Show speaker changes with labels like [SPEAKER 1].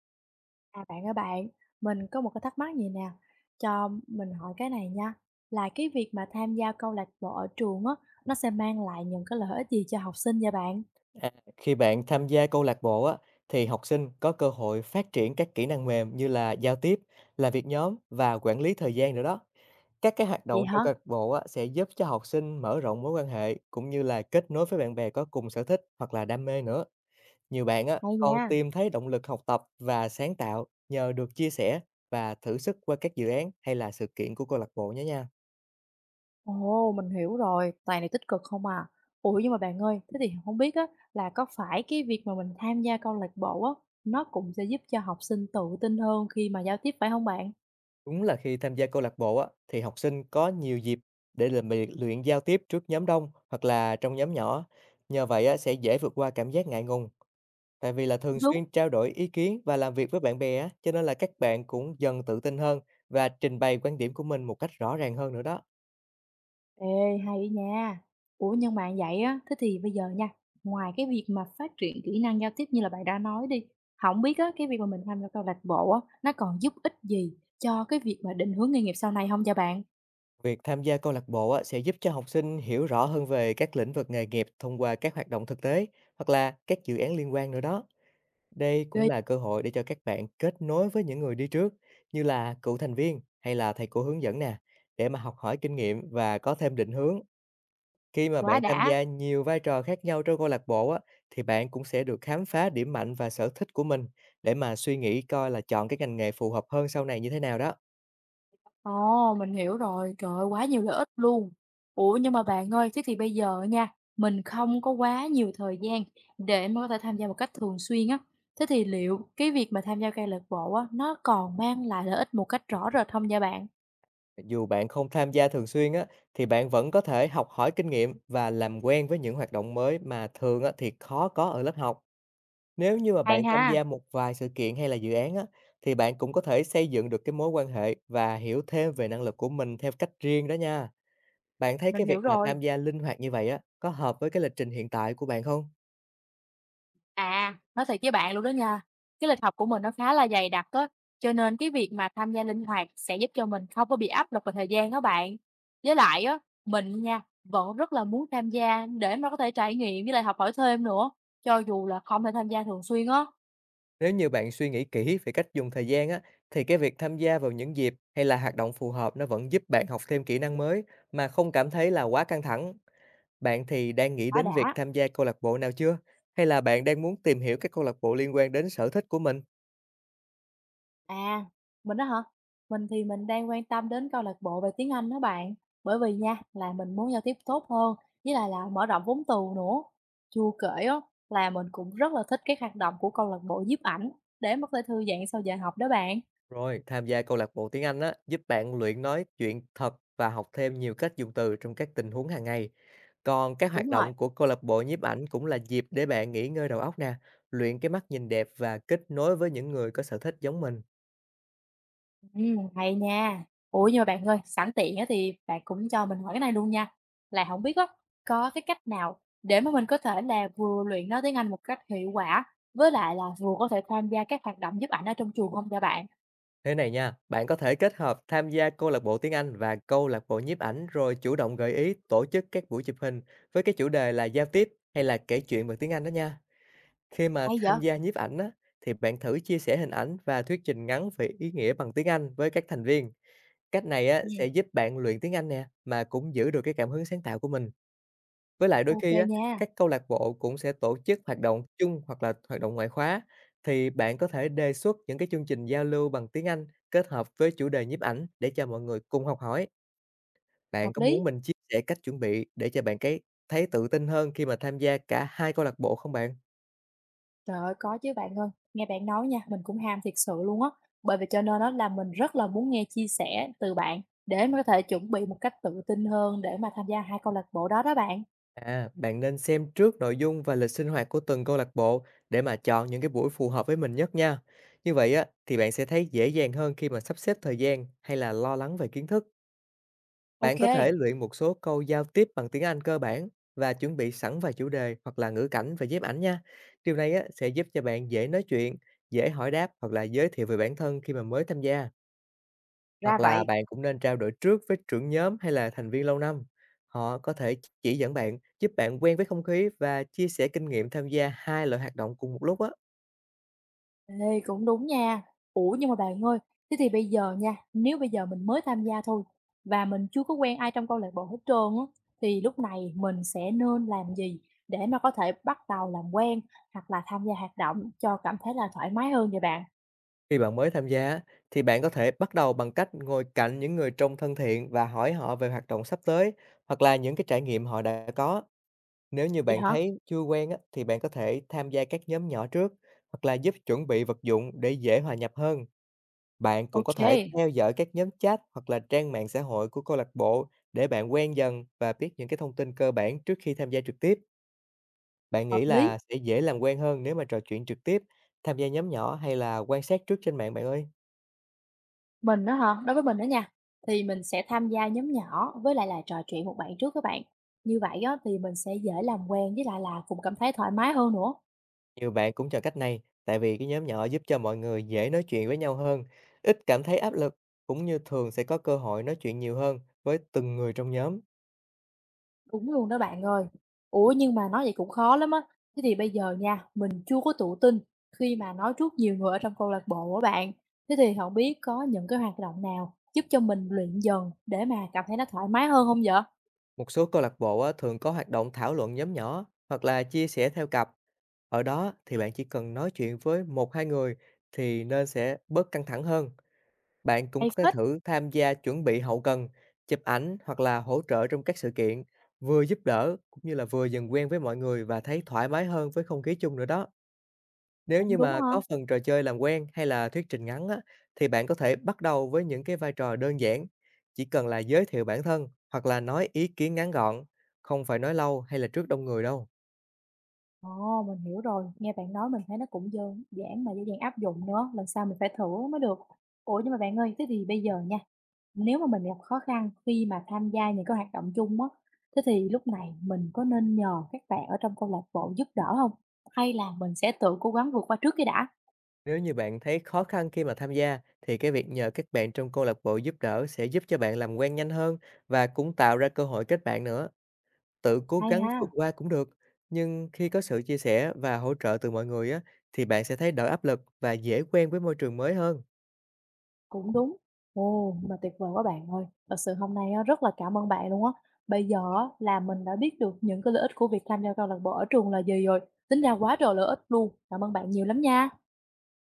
[SPEAKER 1] À bạn ơi bạn, mình có một cái thắc mắc gì nè, cho mình hỏi cái này nha. Là cái việc mà tham gia câu lạc bộ ở trường á, nó sẽ mang lại những cái lợi ích gì cho học sinh vậy bạn?
[SPEAKER 2] À, khi bạn tham gia câu lạc bộ á, thì học sinh có cơ hội phát triển các kỹ năng mềm như là giao tiếp, làm việc nhóm và quản lý thời gian nữa đó. Các hoạt
[SPEAKER 1] Vậy
[SPEAKER 2] động
[SPEAKER 1] hả?
[SPEAKER 2] trong câu lạc bộ á, sẽ giúp cho học sinh mở rộng mối quan hệ cũng như là kết nối với bạn bè có cùng sở thích hoặc là đam mê nữa. Nhiều bạn á,
[SPEAKER 1] Hay
[SPEAKER 2] còn
[SPEAKER 1] nha.
[SPEAKER 2] tìm thấy động lực học tập và sáng tạo nhờ được chia sẻ và thử sức qua các dự án hay là sự kiện của câu lạc bộ nhé nha.
[SPEAKER 1] Ồ, mình hiểu rồi, toàn là tích cực không à. Ủa nhưng mà bạn ơi, thế thì không biết á, là có phải cái việc mà mình tham gia câu lạc bộ á, nó cũng sẽ giúp cho học sinh tự tin hơn khi mà giao tiếp phải không bạn?
[SPEAKER 2] Đúng là khi tham gia câu lạc bộ á, thì học sinh có nhiều dịp để làm việc luyện giao tiếp trước nhóm đông hoặc là trong nhóm nhỏ. Nhờ vậy á, sẽ dễ vượt qua cảm giác ngại ngùng. Tại vì là thường
[SPEAKER 1] Đúng.
[SPEAKER 2] xuyên trao đổi ý kiến và làm việc với bạn bè á, cho nên là các bạn cũng dần tự tin hơn và trình bày quan điểm của mình một cách rõ ràng hơn nữa đó.
[SPEAKER 1] Ê, hay đó nha. Ủa nhưng mà vậy á, thế thì bây giờ nha, ngoài cái việc mà phát triển kỹ năng giao tiếp như là bạn đã nói đi, không biết á, cái việc mà mình tham gia câu lạc bộ á, nó còn giúp ích gì cho cái việc mà định hướng nghề nghiệp sau này không vậy bạn?
[SPEAKER 2] Việc tham gia câu lạc bộ á, sẽ giúp cho học sinh hiểu rõ hơn về các lĩnh vực nghề nghiệp thông qua các hoạt động thực tế hoặc là các dự án liên quan nữa đó. Đây cũng
[SPEAKER 1] Ghê,
[SPEAKER 2] là cơ hội để cho các bạn kết nối với những người đi trước, như là cựu thành viên hay là thầy cô hướng dẫn nè, để mà học hỏi kinh nghiệm và có thêm định hướng. Khi mà
[SPEAKER 1] quá
[SPEAKER 2] bạn tham
[SPEAKER 1] đã.
[SPEAKER 2] gia nhiều vai trò khác nhau trong câu lạc bộ á, thì bạn cũng sẽ được khám phá điểm mạnh và sở thích của mình để mà suy nghĩ coi là chọn cái ngành nghề phù hợp hơn sau này như thế nào đó.
[SPEAKER 1] Ồ, mình hiểu rồi, trời ơi, quá nhiều lợi ích luôn. Ủa nhưng mà bạn ơi, thế thì bây giờ nha, mình không có quá nhiều thời gian để mà có thể tham gia một cách thường xuyên á, thế thì liệu cái việc mà tham gia câu lạc bộ á, nó còn mang lại lợi ích một cách rõ rệt không vậy bạn?
[SPEAKER 2] Dù bạn không tham gia thường xuyên á, thì bạn vẫn có thể học hỏi kinh nghiệm và làm quen với những hoạt động mới mà thường á, thì khó có ở lớp học. Nếu như mà bạn tham
[SPEAKER 1] Ha.
[SPEAKER 2] gia một vài sự kiện hay là dự án á, thì bạn cũng có thể xây dựng được cái mối quan hệ và hiểu thêm về năng lực của mình theo cách riêng đó nha. Bạn thấy
[SPEAKER 1] Mình
[SPEAKER 2] cái
[SPEAKER 1] hiểu
[SPEAKER 2] việc mà
[SPEAKER 1] rồi.
[SPEAKER 2] tham gia linh hoạt như vậy á, có hợp với cái lịch trình hiện tại của bạn không?
[SPEAKER 1] À, nói thiệt với bạn luôn đó nha, cái lịch học của mình nó khá là dày đặc á, cho nên cái việc mà tham gia linh hoạt sẽ giúp cho mình không có bị áp lực về thời gian đó bạn. Với lại á, mình nha, vẫn rất là muốn tham gia để mà có thể trải nghiệm với lại học hỏi thêm nữa, cho dù là không thể tham gia thường xuyên á,
[SPEAKER 2] Nếu như bạn suy nghĩ kỹ về cách dùng thời gian á, thì cái việc tham gia vào những dịp hay là hoạt động phù hợp nó vẫn giúp bạn học thêm kỹ năng mới mà không cảm thấy là quá căng thẳng. Bạn thì đang nghĩ
[SPEAKER 1] quá
[SPEAKER 2] đến việc
[SPEAKER 1] đã.
[SPEAKER 2] tham gia câu lạc bộ nào chưa? Hay là bạn đang muốn tìm hiểu các câu lạc bộ liên quan đến sở thích của mình?
[SPEAKER 1] À, mình đó hả? Mình thì mình đang quan tâm đến câu lạc bộ về tiếng Anh đó bạn. Bởi vì nha, là mình muốn giao tiếp tốt hơn, với lại là mở rộng vốn từ nữa. Chưa kể á, là mình cũng rất là thích cái hoạt động của câu lạc bộ nhiếp ảnh để mà có thể thư giãn sau giờ học đó bạn.
[SPEAKER 2] Rồi, tham gia câu lạc bộ tiếng Anh á, giúp bạn luyện nói chuyện thật và học thêm nhiều cách dùng từ trong các tình huống hàng ngày. Còn các hoạt
[SPEAKER 1] Đúng rồi.
[SPEAKER 2] động của câu lạc bộ nhiếp ảnh cũng là dịp để bạn nghỉ ngơi đầu óc nè, luyện cái mắt nhìn đẹp và kết nối với những người có sở thích giống mình.
[SPEAKER 1] Ừ, hay nha. Ủa nhưng mà bạn ơi, sẵn tiện á thì bạn cũng cho mình hỏi cái này luôn nha. Là không biết á, có cái cách nào để mà mình có thể là vừa luyện nói tiếng Anh một cách hiệu quả với lại là vừa có thể tham gia các hoạt động giúp ảnh ở trong trường không cho bạn?
[SPEAKER 2] Thế này nha, bạn có thể kết hợp tham gia câu lạc bộ tiếng Anh và câu lạc bộ nhiếp ảnh rồi chủ động gợi ý tổ chức các buổi chụp hình với cái chủ đề là giao tiếp hay là kể chuyện bằng tiếng Anh đó nha. Khi mà
[SPEAKER 1] Hay vậy?
[SPEAKER 2] tham gia nhiếp ảnh á, thì bạn thử chia sẻ hình ảnh và thuyết trình ngắn về ý nghĩa bằng tiếng Anh với các thành viên. Cách này á, sẽ
[SPEAKER 1] Ừm.
[SPEAKER 2] giúp bạn luyện tiếng Anh nè, mà cũng giữ được cái cảm hứng sáng tạo của mình. Với lại đôi
[SPEAKER 1] Ô
[SPEAKER 2] khi á,
[SPEAKER 1] nha,
[SPEAKER 2] các câu lạc bộ cũng sẽ tổ chức hoạt động chung hoặc là hoạt động ngoại khóa. Thì bạn có thể đề xuất những cái chương trình giao lưu bằng tiếng Anh kết hợp với chủ đề nhiếp ảnh để cho mọi người cùng học hỏi. Bạn
[SPEAKER 1] hợp
[SPEAKER 2] có
[SPEAKER 1] lý.
[SPEAKER 2] muốn mình chia sẻ cách chuẩn bị để cho bạn cái thấy tự tin hơn khi mà tham gia cả hai câu lạc bộ không bạn?
[SPEAKER 1] Trời ơi, có chứ bạn ơi. Nghe bạn nói nha, mình cũng ham thiệt sự luôn á, bởi vì cho nên đó là mình rất là muốn nghe chia sẻ từ bạn để mà có thể chuẩn bị một cách tự tin hơn để mà tham gia 2 câu lạc bộ đó đó bạn.
[SPEAKER 2] À, bạn nên xem trước nội dung và lịch sinh hoạt của từng câu lạc bộ để mà chọn những cái buổi phù hợp với mình nhất nha. Như vậy á, thì bạn sẽ thấy dễ dàng hơn khi mà sắp xếp thời gian hay là lo lắng về kiến thức. Bạn có thể
[SPEAKER 1] Ok.
[SPEAKER 2] luyện một số câu giao tiếp bằng tiếng Anh cơ bản và chuẩn bị sẵn vài chủ đề hoặc là ngữ cảnh và ghép ảnh nha. Điều này á, sẽ giúp cho bạn dễ nói chuyện, dễ hỏi đáp hoặc là giới thiệu về bản thân khi mà mới tham gia.
[SPEAKER 1] Ra
[SPEAKER 2] Hoặc là
[SPEAKER 1] vậy.
[SPEAKER 2] bạn cũng nên trao đổi trước với trưởng nhóm hay là thành viên lâu năm. Họ có thể chỉ dẫn bạn, giúp bạn quen với không khí và chia sẻ kinh nghiệm tham gia hai loại hoạt động cùng một lúc á.
[SPEAKER 1] Ê, cũng đúng nha. Ủa, nhưng mà bạn ơi, thế thì bây giờ nha, nếu bây giờ mình mới tham gia thôi và mình chưa có quen ai trong câu lạc bộ hết trơn á, thì lúc này mình sẽ nên làm gì để mà có thể bắt đầu làm quen hoặc là tham gia hoạt động cho cảm thấy là thoải mái hơn vậy bạn?
[SPEAKER 2] Khi bạn mới tham gia á, thì bạn có thể bắt đầu bằng cách ngồi cạnh những người trông thân thiện và hỏi họ về hoạt động sắp tới hoặc là những cái trải nghiệm họ đã có. Nếu như
[SPEAKER 1] Vậy
[SPEAKER 2] bạn
[SPEAKER 1] hả?
[SPEAKER 2] thấy chưa quen á, thì bạn có thể tham gia các nhóm nhỏ trước hoặc là giúp chuẩn bị vật dụng để dễ hòa nhập hơn. Bạn cũng có
[SPEAKER 1] Ok.
[SPEAKER 2] thể theo dõi các nhóm chat hoặc là trang mạng xã hội của câu lạc bộ để bạn quen dần và biết những cái thông tin cơ bản trước khi tham gia trực tiếp. Bạn
[SPEAKER 1] Hợp
[SPEAKER 2] nghĩ
[SPEAKER 1] lý.
[SPEAKER 2] là sẽ dễ làm quen hơn nếu mà trò chuyện trực tiếp, tham gia nhóm nhỏ hay là quan sát trước trên mạng bạn ơi?
[SPEAKER 1] Mình đó hả? Đối với mình đó nha, thì mình sẽ tham gia nhóm nhỏ với lại là trò chuyện một bạn trước các bạn. Như vậy á, thì mình sẽ dễ làm quen với lại là cũng cảm thấy thoải mái hơn nữa.
[SPEAKER 2] Nhiều bạn cũng chọn cách này, tại vì cái nhóm nhỏ giúp cho mọi người dễ nói chuyện với nhau hơn, ít cảm thấy áp lực, cũng như thường sẽ có cơ hội nói chuyện nhiều hơn với từng người trong nhóm.
[SPEAKER 1] Đúng luôn đó bạn ơi. Ủa, nhưng mà nói vậy cũng khó lắm á. Thế thì bây giờ nha, mình chưa có tự tin khi mà nói trước nhiều người ở trong câu lạc bộ á bạn. Thế thì không biết có những cái hoạt động nào giúp cho mình luyện dần để mà cảm thấy nó thoải mái hơn không vậy?
[SPEAKER 2] Một số câu lạc bộ á, thường có hoạt động thảo luận nhóm nhỏ hoặc là chia sẻ theo cặp. Ở đó thì bạn chỉ cần nói chuyện với một hai người thì nên sẽ bớt căng thẳng hơn. Bạn cũng
[SPEAKER 1] Hay
[SPEAKER 2] có thể
[SPEAKER 1] phết,
[SPEAKER 2] thử tham gia chuẩn bị hậu cần, chụp ảnh hoặc là hỗ trợ trong các sự kiện, vừa giúp đỡ cũng như là vừa dần quen với mọi người và thấy thoải mái hơn với không khí chung nữa đó. Nếu
[SPEAKER 1] cũng
[SPEAKER 2] như
[SPEAKER 1] đúng
[SPEAKER 2] mà có
[SPEAKER 1] ha.
[SPEAKER 2] phần trò chơi làm quen hay là thuyết trình ngắn á, thì bạn có thể bắt đầu với những cái vai trò đơn giản, chỉ cần là giới thiệu bản thân hoặc là nói ý kiến ngắn gọn, không phải nói lâu hay là trước đông người đâu.
[SPEAKER 1] Ồ, mình hiểu rồi, nghe bạn nói mình thấy nó cũng đơn giản mà dễ dàng áp dụng nữa, lần sau mình phải thử mới được. Ủa, nhưng mà bạn ơi, thế thì bây giờ nha, nếu mà mình gặp khó khăn khi mà tham gia những cái hoạt động chung á, thế thì lúc này mình có nên nhờ các bạn ở trong câu lạc bộ giúp đỡ không, hay là mình sẽ tự cố gắng vượt qua trước cái đã?
[SPEAKER 2] Nếu như bạn thấy khó khăn khi mà tham gia thì cái việc nhờ các bạn trong câu lạc bộ giúp đỡ sẽ giúp cho bạn làm quen nhanh hơn và cũng tạo ra cơ hội kết bạn nữa. Tự cố
[SPEAKER 1] Hay
[SPEAKER 2] gắng
[SPEAKER 1] ha,
[SPEAKER 2] vượt qua cũng được, nhưng khi có sự chia sẻ và hỗ trợ từ mọi người á, thì bạn sẽ thấy đỡ áp lực và dễ quen với môi trường mới hơn.
[SPEAKER 1] cũng đúng. Ồ, mà tuyệt vời quá bạn ơi. Thật sự hôm nay á, rất là cảm ơn bạn luôn á. Bây giờ á, là mình đã biết được những cái lợi ích của việc tham gia câu lạc bộ ở trường là gì rồi. Tính ra quá trời lợi ích luôn. Cảm ơn bạn nhiều lắm nha.